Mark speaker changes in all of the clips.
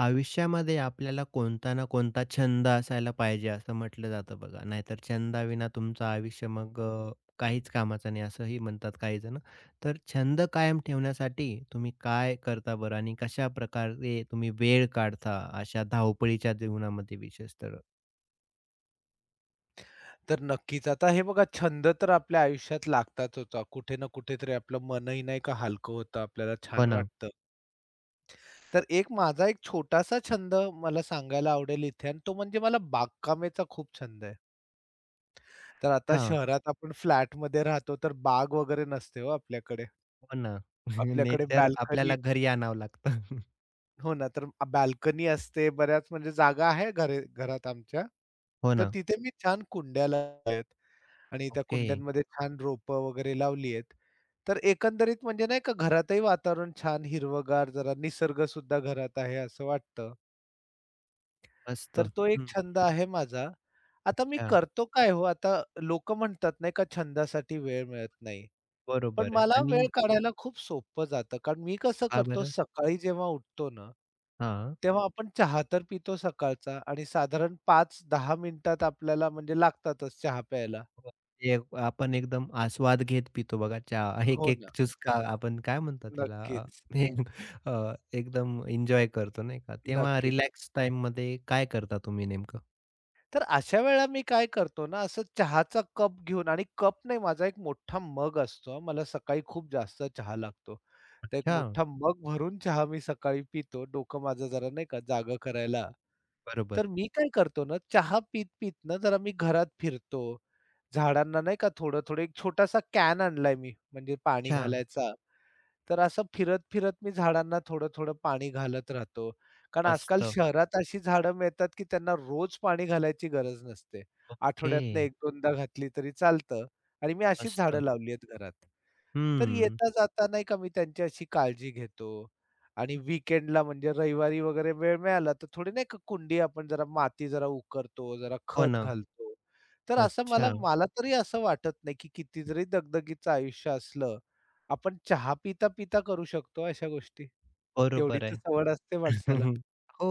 Speaker 1: आयुष्यामध्ये आपल्याला कोणता ना कोणता छंद असायला पाहिजे असं म्हटलं जातं बघा. नाहीतर छंदाविना तुमचं आयुष्य मग काहीच कामाचं नाही असंही म्हणतात काही जण. तर छंद कायम ठेवण्यासाठी तुम्ही काय करता बरं आणि कशा प्रकारे तुम्ही वेळ काढता अशा धावपळीच्या जीवनामध्ये विशेषतः?
Speaker 2: तर नक्कीच. आता हे बघा छंद तर आपल्या आयुष्यात लागताच होता. कुठे ना कुठेतरी आपलं मनही नाही का हलकं होतं, आपल्याला
Speaker 1: हो
Speaker 2: छान
Speaker 1: ना.
Speaker 2: वाटतं. तर माझा एक छोटासा छंद मला सांगायला आवडेल इथे आणि तो म्हणजे मला बागकामेचा खूप छंद आहे. तर आता
Speaker 1: हां.
Speaker 2: शहरात आपण फ्लॅटमध्ये राहतो, तर बाग वगैरे नसते हो आपल्याकडे.
Speaker 1: हो ना.
Speaker 2: आपल्याकडे
Speaker 1: नाहीतर
Speaker 2: बाल्कनी
Speaker 1: आपल्याला घरी आणावं लागतं.
Speaker 2: हो ना, तर बाल्कनी असते. बऱ्याच म्हणजे जागा आहे घरात आमच्या.
Speaker 1: हो
Speaker 2: तर
Speaker 1: ना.
Speaker 2: तिथे मी छान कुंड्या आणि त्या
Speaker 1: ओके.
Speaker 2: कुंड्यांमध्ये छान रोपं वगैरे लावली आहेत. तर एकंदरीत म्हणजे नाही का घरातही वातावरण छान हिरवंगार, जरा निसर्ग सुद्धा घरात आहे असं वाटतं.
Speaker 1: मस्त.
Speaker 2: तर तो एक
Speaker 1: हं.
Speaker 2: छंद आहे माझा. आता मी
Speaker 1: अच्छा.
Speaker 2: करतो काय हो, आता लोकं म्हणतात नाही का छंदासाठी वेळ मिळत नाही. पण
Speaker 1: बरोबर आहे.
Speaker 2: मला
Speaker 1: आणि
Speaker 2: वेळ काढायला खूप सोपं जातं. कारण मी कसं
Speaker 1: का
Speaker 2: करतो
Speaker 1: बरं?
Speaker 2: सकाळी जेव्हा उठतो ना,
Speaker 1: हां.
Speaker 2: तेव्हा आपण चहा तर पितो सकाळचा आणि साधारण 5-10 मिनिटात आपल्याला म्हणजे लागतातच चहा प्यायला.
Speaker 1: हो. एक आपण एकदम आस्वाद घेत पितो बघा चहा. एक
Speaker 2: हो ना.
Speaker 1: एक चुसका आपण काय म्हणतात त्याला.
Speaker 2: नक्कीच.
Speaker 1: हे अ, एकदम एन्जॉय करतो नाही का. तेव्हा
Speaker 2: नक्कीच.
Speaker 1: रिलॅक्स टाईममध्ये काय करता तुम्ही नेमकं?
Speaker 2: तर अशा वेळेला मी काय करतो ना, असं चहाचा कप घेऊन आणि कप नाही माझा एक मोठा मग असतो मला सकाळी खूप जास्त चहा लागतो. तर एक
Speaker 1: अच्छा,
Speaker 2: मोठा मग भरून चहा मी सकाळी पितो. डोकं माझं जरा नाही का जागं करायला.
Speaker 1: बरोबर.
Speaker 2: तर मी काय करतो ना, चहा पीत-पीत ना जरा मी घरात फिरतो. झाडांना नाही का थोडं-थोडं एक छोटासा कॅन आणलाय मी म्हणजे पाणी
Speaker 1: अच्छा,
Speaker 2: घालायचा. तर असं फिरत-फिरत मी झाडांना थोडं-थोडं पाणी घालत राहतो. कारण आजकाल
Speaker 1: मस्त.
Speaker 2: शहरात अशी झाडं मिळतात, की त्यांना रोज पाणी घालायची गरज नसते.
Speaker 1: ओके,
Speaker 2: आठवड्यातनं एक 2दा घातली तरी चालतं आणि मी अशीच
Speaker 1: मस्त.
Speaker 2: झाडं लावली आहेत घरात. तर
Speaker 1: हं.
Speaker 2: येता जाता नाही का मी त्यांची अशी काळजी घेतो आणि वीकेंडला म्हणजे रविवारी वगैरे वेळ मिळाला, तर थोडी नाही का कुंडी आपण जरा माती जरा उकरतो, जरा
Speaker 1: हो
Speaker 2: खत
Speaker 1: ना.
Speaker 2: घालतो. तर असं मला
Speaker 1: अच्छा,
Speaker 2: मला तरी असं वाटत नाही, की किती जरी दगदगीचं आयुष्य असलं, आपण चहा पिता, पिता करू शकतो अशा गोष्टी. तेवढी
Speaker 1: बरोबर
Speaker 2: तर
Speaker 1: आहे.
Speaker 2: सवड असते माणसाला.
Speaker 1: हो.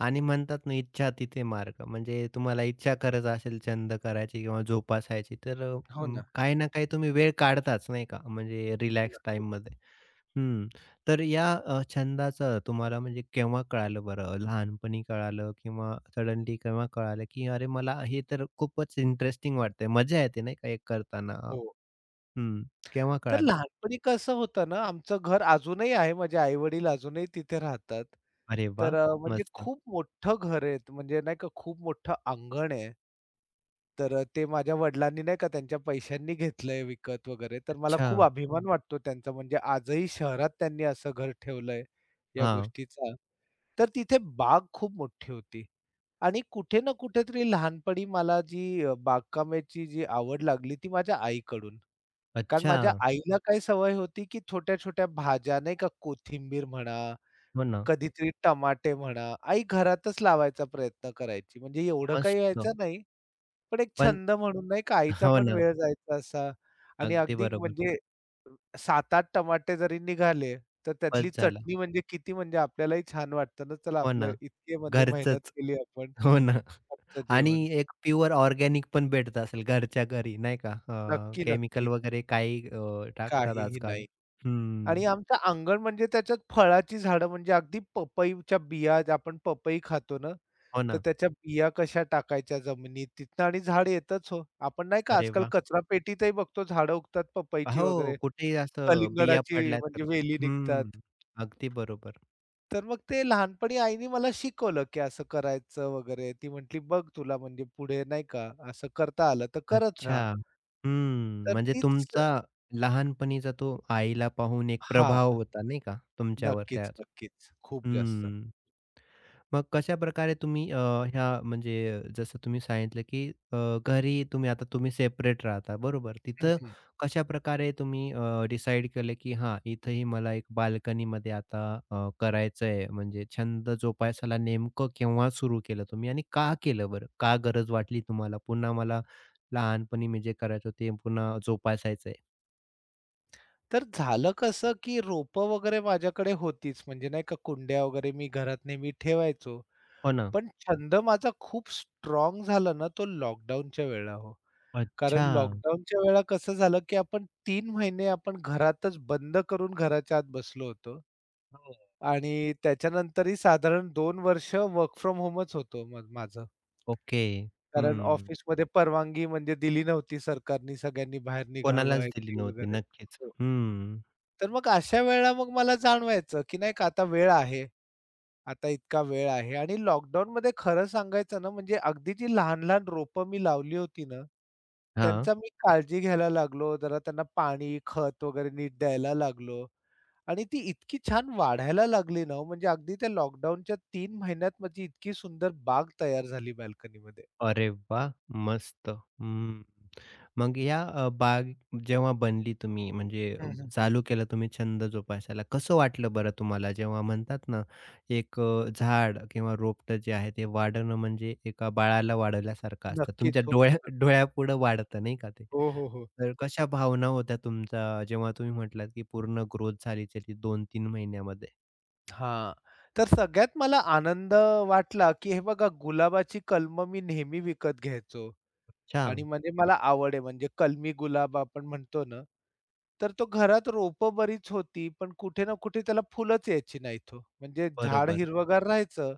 Speaker 1: आणि म्हणतात ना इच्छा तिथे मार्ग. म्हणजे तुम्हाला इच्छा करत असेल छंद करायची किंवा जोपासायची तर.
Speaker 2: हो ना,
Speaker 1: काही ना काही तुम्ही वेळ काढताच नाही का? म्हणजे
Speaker 2: हो ना.
Speaker 1: रिलॅक्स टाईममध्ये. हं. तर या छंदाचं तुम्हाला म्हणजे केव्हा कळालं बरं? लहानपणी कळालं किंवा सडनली केव्हा कळालं, की अरे मला हे तर खूपच इंटरेस्टिंग वाटतंय, मजा येते नाही का हे करताना?
Speaker 2: हो.
Speaker 1: हं. केव्हा
Speaker 2: तर
Speaker 1: कळालं?
Speaker 2: लहानपणी कसं होतं ना, आमचं घर अजूनही आहे. माझे आई-वडील अजूनही तिथे राहतात.
Speaker 1: अरे
Speaker 2: तर
Speaker 1: वाह!
Speaker 2: म्हणजे
Speaker 1: मस्त.
Speaker 2: खूप मोठं घर आहे. म्हणजे नाही का खूप मोठं अंगण आहे. तर ते माझ्या वडिलांनी नाही का त्यांच्या पैशांनी घेतलंय विकत वगैरे. तर मला
Speaker 1: अच्छा.
Speaker 2: खूप अभिमान वाटतो त्यांचा. म्हणजे आजही शहरात त्यांनी असं घर ठेवलंय या
Speaker 1: हां.
Speaker 2: गोष्टीचा. तर तिथे बाग खूप मोठी होती. आणि कुठे ना कुठेतरी लहानपणी मला जी बागकामाची जी आवड लागली ती माझ्या आईकडून. कारण
Speaker 1: अच्छा.
Speaker 2: माझ्या आईला काय सवय होती, की छोट्या-छोट्या भाज्या नाही का कोथिंबीर म्हणा,
Speaker 1: हो ना.
Speaker 2: कधीतरी टमाटे म्हणा, आई घरातच लावायचा प्रयत्न करायची. म्हणजे एवढं काही
Speaker 1: मस्त.
Speaker 2: यायचं नाही, पण एक
Speaker 1: पण
Speaker 2: छंद म्हणून नाही का आईचा
Speaker 1: हो
Speaker 2: पण
Speaker 1: ना,
Speaker 2: वेळ जायचा असा आणि
Speaker 1: अगदी
Speaker 2: अगदी
Speaker 1: बरोबर.
Speaker 2: म्हणजे 7-8 टमाटे जरी निघाले, तर
Speaker 1: बस
Speaker 2: त्यातली
Speaker 1: झालं.
Speaker 2: चटणी म्हणजे किती म्हणजे आपल्यालाही छान वाटतं ना, चला
Speaker 1: हो ना,
Speaker 2: आपलं इतके म्हणजे मेहनत
Speaker 1: घरचंच.
Speaker 2: केली आपण,
Speaker 1: हो ना
Speaker 2: आजचं
Speaker 1: आणि
Speaker 2: जेवण.
Speaker 1: एक प्युअर ऑर्गॅनिक पण भेटत असेल घरच्या घरी नाही का?
Speaker 2: नक्की,
Speaker 1: केमिकल
Speaker 2: नक्की.
Speaker 1: वगैरे काही टाकतात
Speaker 2: काहीही
Speaker 1: आजकाल.
Speaker 2: नाही.
Speaker 1: हं,
Speaker 2: आणि आमचं अंगण म्हणजे त्याच्यात फळाची झाडं म्हणजे अगदी पपईच्या बिया ज्या आपण पपई खातो ना,
Speaker 1: हो
Speaker 2: तर
Speaker 1: ना.
Speaker 2: त्याच्या बिया कशा टाकायच्या जमिनीत तिथनं आणि झाड येतच हो. आपण नाही का
Speaker 1: अरे
Speaker 2: आजकाल
Speaker 1: वाह!
Speaker 2: कचरा पेटीतही बघतो झाडं उगतात पपईची
Speaker 1: हो,
Speaker 2: वगैरे,
Speaker 1: कुठेही असं बिया
Speaker 2: कलिंगडाची
Speaker 1: पडल्या
Speaker 2: म्हणजे
Speaker 1: तर
Speaker 2: वेली निघतात.
Speaker 1: हं, अगदी बरोबर.
Speaker 2: तर मग ते लहानपणी आईनी मला शिकवलं, की असं करायचं वगैरे. ती म्हटली, "बघ तुला म्हणजे पुढे नाही का असं करता आलं तर करत राहा."
Speaker 1: अच्छा. हम्म.
Speaker 2: तर
Speaker 1: म्हणजे
Speaker 2: तीच
Speaker 1: तुमचा लहानपणीचा तो आईला पाहून एक
Speaker 2: हां.
Speaker 1: प्रभाव होता नाही का तुमच्यावर
Speaker 2: नक्कीच,
Speaker 1: त्याचा?
Speaker 2: नक्कीच. खूप जास्त.
Speaker 1: हम्म. मग कशाप्रकारे तुम्ही ह्या म्हणजे जसं तुम्ही सांगितलं, की अ, घरी तुम्ही आता तुम्ही सेपरेट राहता बरोबर. तिथं
Speaker 2: हं,
Speaker 1: कशाप्रकारे तुम्ही डिसाईड केलं, की हां, इथंही मला एक बाल्कनीमध्ये आता करायचंय म्हणजे छंद जोपासायला नेमकं केव्हा सुरू केलं तुम्ही आणि का केलं बरं? का गरज वाटली तुम्हाला? पुन्हा मला लहानपणी मी जे करायचो ते पुन्हा जोपासायचंय.
Speaker 2: तर झालं कसं, की रोपं वगैरे माझ्याकडे होतीच म्हणजे नाही का कुंड्या वगैरे मी घरात नेहमी ठेवायचो.
Speaker 1: हो ना.
Speaker 2: पण छंद माझा खूप स्ट्रॉंग झाला ना तो लॉकडाऊनच्या वेळेला हो.
Speaker 1: अच्छा.
Speaker 2: कारण लॉकडाऊनच्या वेळेला कसं झालं, की आपण 3 महिने आपण घरातच बंद करून घराच्या आत बसलो होतो
Speaker 1: हो.
Speaker 2: आणि त्याच्यानंतरही साधारण 2 वर्ष वर्क फ्रॉम होमच होतो मग
Speaker 1: ओके.
Speaker 2: कारण
Speaker 1: हं.
Speaker 2: ऑफिसमध्ये परवानगी म्हणजे दिली नव्हती सरकारनी सगळ्यांनी बाहेर निघावं
Speaker 1: कोणालाच
Speaker 2: आहे
Speaker 1: दिली
Speaker 2: की
Speaker 1: नव्हती.
Speaker 2: वगैरे.
Speaker 1: नक्कीच.
Speaker 2: हो.
Speaker 1: हम्म,
Speaker 2: तर मग अशा वेळेला मग मला जाणवायचं, की नाही का आता वेळ आहे. आता इतका वेळ आहे आणि लॉकडाऊनमध्ये खरं सांगायचं ना, म्हणजे अगदी जी लहान-लहान रोपं मी लावली होती ना,
Speaker 1: हां.
Speaker 2: त्यांचा मी काळजी घ्यायला लागलो. जरा त्यांना पाणी, खत वगैरे नीट द्यायला लागलो आणि ती इतकी छान वाढायला लागली ना, हो म्हणजे अगदी त्या लॉकडाऊनच्या 3 महिन्यात माझी इतकी सुंदर बाग तयार झाली बाल्कनीमध्ये.
Speaker 1: अरे वाह! मस्त. हं. मग या बाग जेव्हा बनली तुम्ही म्हणजे
Speaker 2: हं, हं, हं.
Speaker 1: चालू केलं तुम्ही छंद जोपासायला. कसं वाटलं बरं तुम्हाला? जेव्हा म्हणतात ना, एक झाड किंवा रोपटं जे आहे ते वाढवणं म्हणजे एका बाळाला वाढवल्यासारखं असतं.
Speaker 2: नक्कीच.
Speaker 1: तुमच्या
Speaker 2: हो,
Speaker 1: डोळ्यापुढं वाढतं नाही का ते.
Speaker 2: हो, हो, हो.
Speaker 1: तर कशा भावना होत्या तुमच्या जेव्हा तुम्ही म्हटलात, की पूर्ण ग्रोथ झाली त्याची 2-3 महिन्यामध्ये?
Speaker 2: हां. तर सगळ्यात मला आनंद वाटला, की हे बघा गुलाबाची कलमं मी नेहमी विकत घ्यायचो
Speaker 1: अच्छा.
Speaker 2: आणि म्हणजे मला आवड आहे म्हणजे कलमी गुलाब आपण म्हणतो ना, तर तो घरात रोप बरीच होती, पण कुठे ना कुठे त्याला फुलंच यायची नाहीत हो. म्हणजे झाड
Speaker 1: बरोबर.
Speaker 2: हिरवंगार राहायचं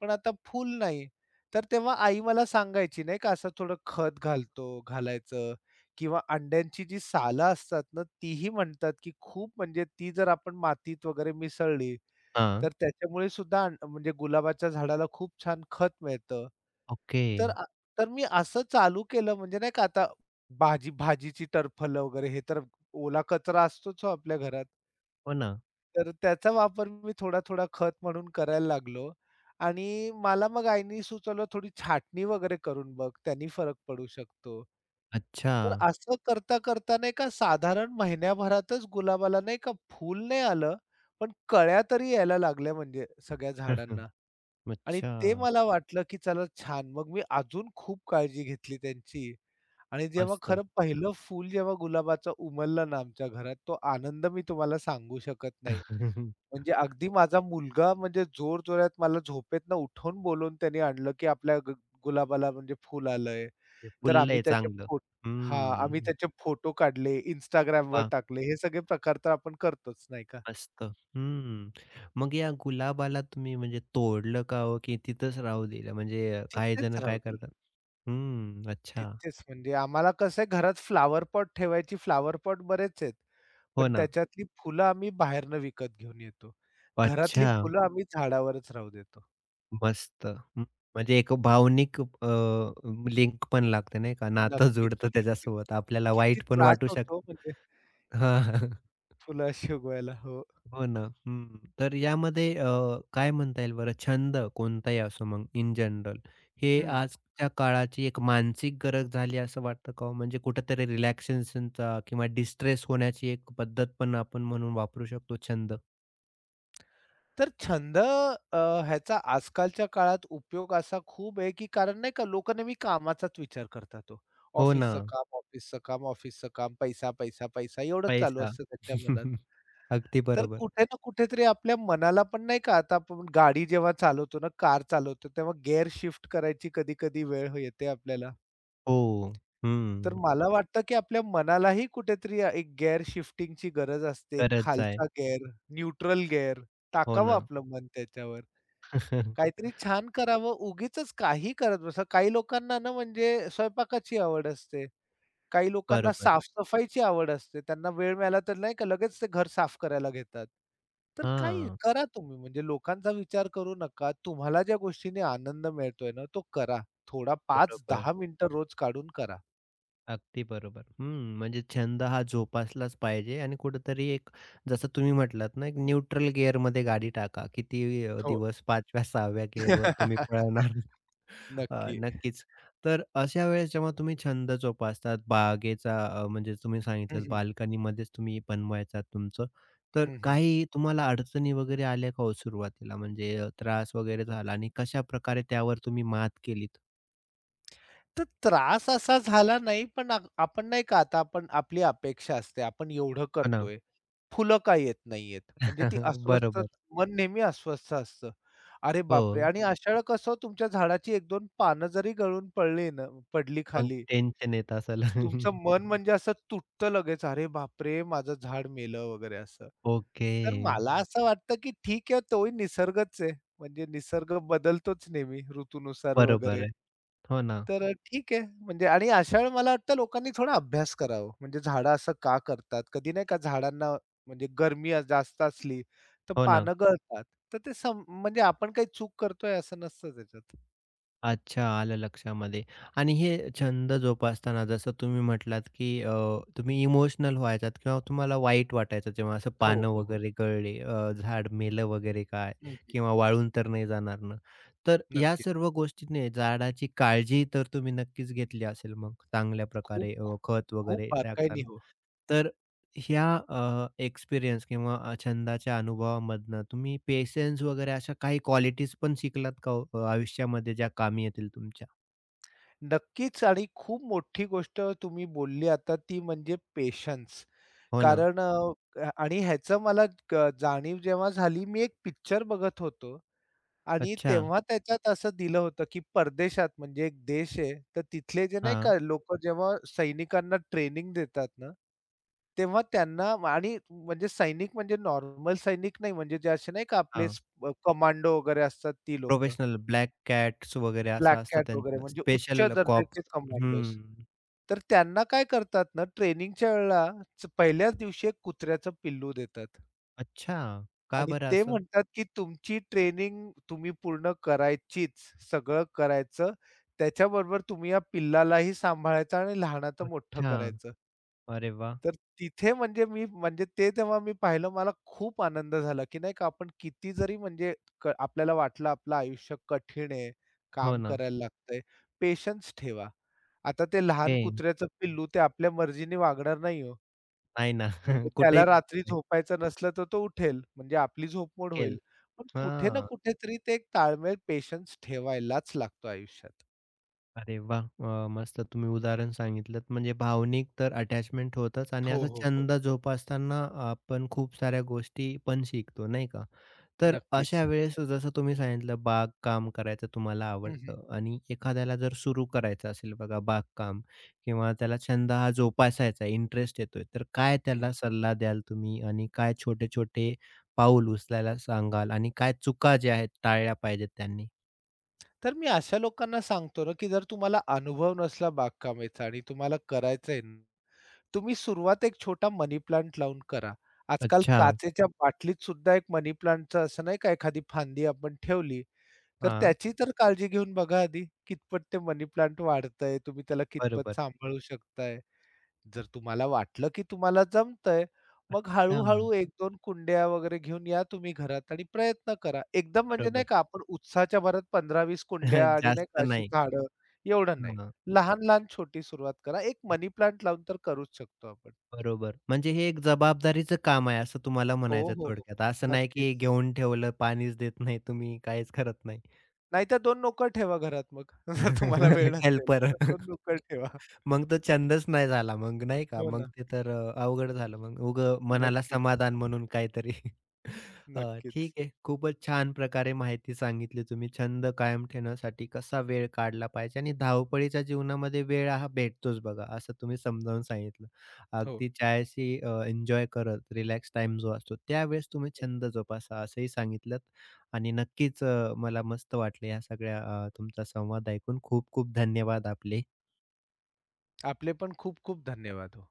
Speaker 2: पण आता फूल नाही. तर तेव्हा आई मला सांगायची नाही का, असं थोडं खत घालतो घालायचं किंवा अंड्यांची जी सालं असतात ना, तीही म्हणतात, की खूप म्हणजे ती जर आपण मातीत वगैरे मिसळली,
Speaker 1: हां.
Speaker 2: तर त्याच्यामुळे सुद्धा म्हणजे गुलाबाच्या झाडाला खूप छान खत मिळतं.
Speaker 1: ओके.
Speaker 2: तर अ, तर मी असं चालू केलं म्हणजे नाही का, आता भाजी भाजीची टरफलं वगैरे हे तर ओला कचरा असतोच हो आपल्या घरात.
Speaker 1: हो ना.
Speaker 2: तर त्याचा वापर मी थोडा-थोडा खत म्हणून करायला लागलो आणि मला मग आईनी सुचवलं, "थोडी छाटणी वगैरे करून बघ, त्यानी फरक पडू शकतो."
Speaker 1: अच्छा.
Speaker 2: तर असं करता-करता नाही का साधारण महिन्याभरातच गुलाबाला नाही का फूल नाही आलं, पण कळ्या तरी यायला लागल्या म्हणजे सगळ्या झाडांना. आणि
Speaker 1: अच्छा.
Speaker 2: ते मला वाटलं, की चला छान. मग मी अजून खूप काळजी घेतली त्यांची आणि जेव्हा
Speaker 1: मस्त.
Speaker 2: खरं पहिलं फूल जेव्हा गुलाबाचं उमललं ना आमच्या घरात, तो आनंद मी तुम्हाला सांगू शकत नाही. म्हणजे अगदी माझा मुलगा म्हणजे जोरजोरात मला झोपेतनं उठवून बोलवून त्याने आणलं, की "आपल्या गुलाबाला म्हणजे फूल आलंय."
Speaker 1: ते
Speaker 2: तर आम्ही
Speaker 1: फुललंय
Speaker 2: त्याचे
Speaker 1: चांगलं.
Speaker 2: फो हां, आम्ही
Speaker 1: हम्म.
Speaker 2: त्याचे फोटो काढले, Instagram वर
Speaker 1: वाह!
Speaker 2: टाकले. हे सगळे प्रकार तर आपण करतोच, नाही का?
Speaker 1: मस्त. हम्म. मग या गुलाबाला तुम्ही म्हणजे तोडलं का हो, की तिथंच राहू दिलं? म्हणजे काही
Speaker 2: तिथेच
Speaker 1: जण
Speaker 2: राहू
Speaker 1: काय
Speaker 2: दिलं.
Speaker 1: करतात हम्म. अच्छा.
Speaker 2: तिथेच म्हणजे आम्हाला कसं आहे घरात फ्लॉवर पॉट ठेवायची फ्लॉवर पॉट बरेच आहेत.
Speaker 1: हो
Speaker 2: पण
Speaker 1: ना.
Speaker 2: त्याच्यातली फुलं आम्ही बाहेरनं विकत घेऊन येतो. घरातली
Speaker 1: अच्छा.
Speaker 2: फुलं आम्ही झाडावरच राहू देतो.
Speaker 1: मस्त. हं. म्हणजे एक भावनिक लिंक पण लागते नाही का? नातं
Speaker 2: नक्कीच,
Speaker 1: जुडतं
Speaker 2: नक्कीच.
Speaker 1: त्याच्यासोबत. आपल्याला
Speaker 2: किती
Speaker 1: वाईट पण
Speaker 2: त्रास
Speaker 1: वाटू
Speaker 2: होतो
Speaker 1: शकतं.
Speaker 2: म्हणजे
Speaker 1: हां.
Speaker 2: फुलं अशी उगवायला. हो.
Speaker 1: हो ना. हं. तर यामध्ये काय म्हणता येईल बरं छंद कोणताही असो मग इन जनरल, हे
Speaker 2: हं.
Speaker 1: आजच्या काळाची एक मानसिक गरज झाली असं वाटतं का हो? म्हणजे कुठेतरी रिलॅक्सेशनचा किंवा डिस्ट्रेस होण्याची एक पद्धत पण आपण म्हणून वापरू शकतो छंद.
Speaker 2: तर छंद ह्याचा आजकालच्या काळात उपयोग असा खूप आहे, की कारण नाही का लोकं नेहमी कामाचाच विचार करतात तो
Speaker 1: हो ना,
Speaker 2: ऑफिसचं काम, ऑफिसचं काम, ऑफिसचं काम, पैसा, पैसा, पैसा एवढंच चालू
Speaker 1: पैसा.
Speaker 2: असतं त्यांच्या मनात.
Speaker 1: अगदी
Speaker 2: तर
Speaker 1: बरोबर.
Speaker 2: कुठे ना कुठेतरी आपल्या मनाला पण नाही का आता आपण गाडी जेव्हा चालवतो ना, कार चालवतो, तेव्हा गिअर शिफ्ट करायची कधी-कधी वेळ येते आपल्याला.
Speaker 1: हो.
Speaker 2: तर
Speaker 1: हं.
Speaker 2: मला वाटतं, की आपल्या मनालाही कुठेतरी एक गिअर शिफ्टिंगची गरज असते. एक
Speaker 1: गरज आहे.
Speaker 2: खालचा गिअर, न्यूट्रल गिअर
Speaker 1: हो
Speaker 2: टाकावं
Speaker 1: ना.
Speaker 2: आपलं मन त्याच्यावर. काहीतरी छान करावं, उगीचच काही करत बसा. काही लोकांना ना म्हणजे स्वयंपाकाची आवड असते. काही लोकांना
Speaker 1: बरोबर.
Speaker 2: साफ-सफाईची आवड असते. त्यांना वेळ मिळाला तर नाही का लगेच ते घर साफ करायला घेतात. तर काही
Speaker 1: हां.
Speaker 2: करा तुम्ही म्हणजे लोकांचा विचार करू नका. तुम्हाला ज्या गोष्टीने आनंद मिळतोय ना, तो करा. थोडा
Speaker 1: बरोबर.
Speaker 2: 5-10 मिनिटं रोज काढून करा.
Speaker 1: अगदी बरोबर. हं, म्हणजे छंद हा जोपासलाच पाहिजे आणि कुठेतरी एक जसं तुम्ही म्हटलात ना, एक न्यूट्रल गिअरमध्ये गाडी टाका. किती
Speaker 2: हो.
Speaker 1: दिवस 5व्या, 6व्या गिअरवर तुम्ही पळवणार.
Speaker 2: नक्की.
Speaker 1: नक्कीच. तर अशा वेळेस जेव्हा तुम्ही छंद जोपासतात, बागेचा. म्हणजे तुम्ही
Speaker 2: हं,
Speaker 1: सांगितलं
Speaker 2: हं.
Speaker 1: बाल्कनीमध्येच तुम्ही बनवायचा तुमचं. तर
Speaker 2: हं,
Speaker 1: काही तुम्हाला अडचणी वगैरे आल्या का हो सुरुवातीला? म्हणजे त्रास वगैरे झाला आणि कशाप्रकारे त्यावर तुम्ही मात केलीत?
Speaker 2: तर त्रास असा झाला नाही, पण आपण नाही का आता आपण आपली अपेक्षा असते. आपण एवढं
Speaker 1: हो ना.
Speaker 2: करतोय, फुलं का येत नाहीयेत? म्हणजे ती अस्वस्थ
Speaker 1: बरोबर.
Speaker 2: मन नेहमी अस्वस्थ असतं. अरे
Speaker 1: हो.
Speaker 2: बापरे! आणि अशा वेळेला कसं तुमच्या झाडाची 1-2 पानं जरी गळून पडली
Speaker 1: मग
Speaker 2: खाली,
Speaker 1: टेन्शन येत असेल.
Speaker 2: तुमचं मन म्हणजे असं तुटतं लगेच. अरे बापरे! माझं झाड मेलं वगैरे असं.
Speaker 1: ओके.
Speaker 2: तर मला असं वाटतं, की ठीक आहे तोही निसर्गच आहे. म्हणजे निसर्ग बदलतोच नेहमी ऋतूनुसार
Speaker 1: बरोबर
Speaker 2: वगैरे.
Speaker 1: आहे. हो ना,
Speaker 2: ठीक आहे म्हणजे आणि अशा वेळी मला वाटतं लोकांनी थोडा अभ्यास करावा. म्हणजे झाडं असं का करतात? कधी नाही का झाडांना म्हणजे गरमी जास्त असली तर
Speaker 1: हो ना.
Speaker 2: पानं गळतात. तर ते म्हणजे आपण काही चूक करतोय असं नसतं त्याच्यात.
Speaker 1: अच्छा, आलं लक्षामध्ये. आणि हे छंद जोपासताना जसं तुम्ही म्हटलात, की तुम्ही इमोशनल व्हायचात किंवा तुम्हाला वाईट वाटायचं जेव्हा असं
Speaker 2: हो,
Speaker 1: पानं
Speaker 2: हो, हो.
Speaker 1: वगैरे गळले, झाड मेलं वगैरे काय
Speaker 2: हं,
Speaker 1: किंवा वाळून तर नाही जाणार ना. तर या
Speaker 2: नक्कीच.
Speaker 1: सर्व गोष्टीने झाडाची काळजी तर तुम्ही नक्कीच घेतली असेल मग चांगल्या
Speaker 2: खूप,
Speaker 1: प्रकारे
Speaker 2: खूप,
Speaker 1: खत
Speaker 2: खूप
Speaker 1: वगैरे
Speaker 2: बारकाईने
Speaker 1: टाकताना?
Speaker 2: हो.
Speaker 1: तर ह्या एक्सपिरियन्स किंवा छंदाच्या अनुभवामधनं तुम्ही पेशन्स वगैरे अशा काही क्वालिटीज पण शिकलात का हो, आयुष्यामध्ये ज्या कामी येतील तुमच्या?
Speaker 2: नक्कीच आणि खूप मोठी गोष्ट तुम्ही बोलली आता ती म्हणजे पेशन्स.
Speaker 1: हो ना.
Speaker 2: कारण आणि ह्याचं मला जाणीव जेव्हा झाली, मी एक पिक्चर बघत होतो आणि
Speaker 1: अच्छा.
Speaker 2: तेव्हा त्याच्यात असं दिलं होतं, की परदेशात म्हणजे एक देश आहे, तर तिथले जे नाही का
Speaker 1: हां,
Speaker 2: लोकं जेव्हा सैनिकांना ट्रेनिंग देतात ना, तेव्हा त्यांना आणि म्हणजे सैनिक म्हणजे नॉर्मल सैनिक नाही, म्हणजे जे असे नाही का आपले
Speaker 1: हां.
Speaker 2: कमांडो वगैरे असतात ती लोकं.
Speaker 1: प्रोफेशनल ब्लॅक कॅट्स वगैरे असं
Speaker 2: ब्लॅक
Speaker 1: असतं
Speaker 2: कॅट वगैरे
Speaker 1: त्यांचं
Speaker 2: म्हणजे उच्च
Speaker 1: स्पेशल कॉप्स.
Speaker 2: दर्जाचे कमांडोज.
Speaker 1: हं.
Speaker 2: तर त्यांना काय करतात ना, ट्रेनिंगच्या वेळेला पहिल्याच दिवशी एक कुत्र्याचं पिल्लू देतात.
Speaker 1: अच्छा. का
Speaker 2: आणि
Speaker 1: बरं
Speaker 2: ते
Speaker 1: असं?
Speaker 2: म्हणतात, की तुमची ट्रेनिंग तुम्ही पूर्ण करायचीच, सगळं करायचं. त्याच्याबरोबर तुम्ही या पिल्लालाही सांभाळायचं आणि लहानाचं मोठं
Speaker 1: अच्छा.
Speaker 2: करायचं.
Speaker 1: अरे वाह!
Speaker 2: तर तिथे म्हणजे मी म्हणजे ते तेव्हा मी पाहिलं मला खूप आनंद झाला, की नाही का आपण किती जरी म्हणजे आपल्याला वाटलं आपलं आयुष्य कठीण आहे,
Speaker 1: हो
Speaker 2: काम
Speaker 1: ना.
Speaker 2: करायला लागतंय, पेशन्स ठेवा. आता ते लहान
Speaker 1: हे
Speaker 2: कुत्र्याचं पिल्लू ते आपल्या मर्जीने वागणार नाही हो.
Speaker 1: नाही ना.
Speaker 2: म्हणजे त्याला
Speaker 1: कुठेही
Speaker 2: रात्री झोपायचं नसलं, तर तो उठेल. म्हणजे आपली झोपमोड होईल.
Speaker 1: केलं.
Speaker 2: पण कुठे ना
Speaker 1: हां.
Speaker 2: कुठेतरी ते एक ताळमेळ, पेशन्स ठेवायलाच लागतो आयुष्यात.
Speaker 1: अरे वाह! मस्त तुम्ही उदाहरण सांगितलंत. म्हणजे भावनिक तर अटॅचमेंट होतंच आणि
Speaker 2: हो,
Speaker 1: असा
Speaker 2: हो, हो.
Speaker 1: छंद जोपासताना आपण खूप साऱ्या गोष्टी पण शिकतो, नाही का? तर
Speaker 2: नक्कीच.
Speaker 1: अशा वेळेस जसं तुम्ही सांगितलं बागकाम करायचं तुम्हाला
Speaker 2: हं, हं,
Speaker 1: आवडतं आणि एखाद्याला जर सुरू करायचं असेल बघा बागकाम किंवा त्याला छंद हा जोपासायचा इंटरेस्ट येतोय, तर काय
Speaker 2: हं.
Speaker 1: त्याला सल्ला द्याल तुम्ही आणि काय छोटे-छोटे पाऊल उचलायला सांगाल आणि काय चुका ज्या आहेत टाळल्या पाहिजेत त्यांनी?
Speaker 2: तर मी अशा लोकांना सांगतो ना, की जर तुम्हाला अनुभव नसला बागकामाचा आणि तुम्हाला करायचंय, न, तुम्ही सुरुवात एक छोटा मनी प्लांट लावून करा. आजकाल
Speaker 1: अच्छा.
Speaker 2: काचेच्या बाटलीत सुद्धा एक मनी प्लांटचं असं नाही का, एखादी फांदी आपण ठेवली तर
Speaker 1: हां,
Speaker 2: त्याची तर काळजी घेऊन बघा आधी, कितपत ते मनी प्लांट वाढतंय, तुम्ही त्याला कितपत
Speaker 1: बरोबर.
Speaker 2: सांभाळू शकताय. जर तुम्हाला वाटलं, की तुम्हाला जमतंय, मग
Speaker 1: हां.
Speaker 2: हळू-हळू 1-2 कुंड्या वगैरे घेऊन या तुम्ही घरात आणि प्रयत्न करा. एकदम म्हणजे नाही
Speaker 1: बरोबर.
Speaker 2: का आपण उत्साहाच्या भरात 15-20 कुंड्या आणि नाही
Speaker 1: जास्त
Speaker 2: का अशी
Speaker 1: नाही.
Speaker 2: झाडं, एवढं नाही.
Speaker 1: हां.
Speaker 2: लहान-लहान छोटी सुरुवात करा. एक मनी प्लांट लावून तर करूच शकतो आपण.
Speaker 1: बरोबर. म्हणजे हे एक जबाबदारीचं काम आहे असं तुम्हाला
Speaker 2: हो,
Speaker 1: म्हणायचं
Speaker 2: हो,
Speaker 1: आहे
Speaker 2: हो.
Speaker 1: थोडक्यात. असं नाही
Speaker 2: नक्कीच.
Speaker 1: की घेऊन ठेवलं, पाणीच देत नाही तुम्ही, काहीच करत नाही.
Speaker 2: नाहीतर 2 नोकर ठेवा घरात मग. जर तुम्हाला वेळ नसेल,
Speaker 1: हेल्पर.
Speaker 2: तर 2 नोकर ठेवा.
Speaker 1: मग तो छंदच नाही झाला मग नाही का?
Speaker 2: हो
Speaker 1: मग
Speaker 2: ना.
Speaker 1: ते तर अवघड झालं मग. उगं मनाला
Speaker 2: नक्कीच.
Speaker 1: समाधान म्हणून काहीतरी.
Speaker 2: नक्कीच.
Speaker 1: ठीक आहे. खूपच छान प्रकारे माहिती सांगितली तुम्ही. छंद कायम ठेवण्यासाठी कसा वेळ काढला पाहिजे आणि धावपळीच्या जीवनामध्ये वेळ हा भेटतोच बघा, असं तुम्ही समजावून सांगितलं.
Speaker 2: हो.
Speaker 1: अगदी चायशी एन्जॉय करत रिलॅक्स टाईम जो असतो, त्यावेळेस तुम्ही छंद जोपासा असंही सांगितलंत आणि नक्कीच मला मस्त वाटलं या सगळ्या तुमचा संवाद ऐकून. खूप खूप धन्यवाद आपले.
Speaker 2: आपले पण खूप खूप धन्यवाद हो.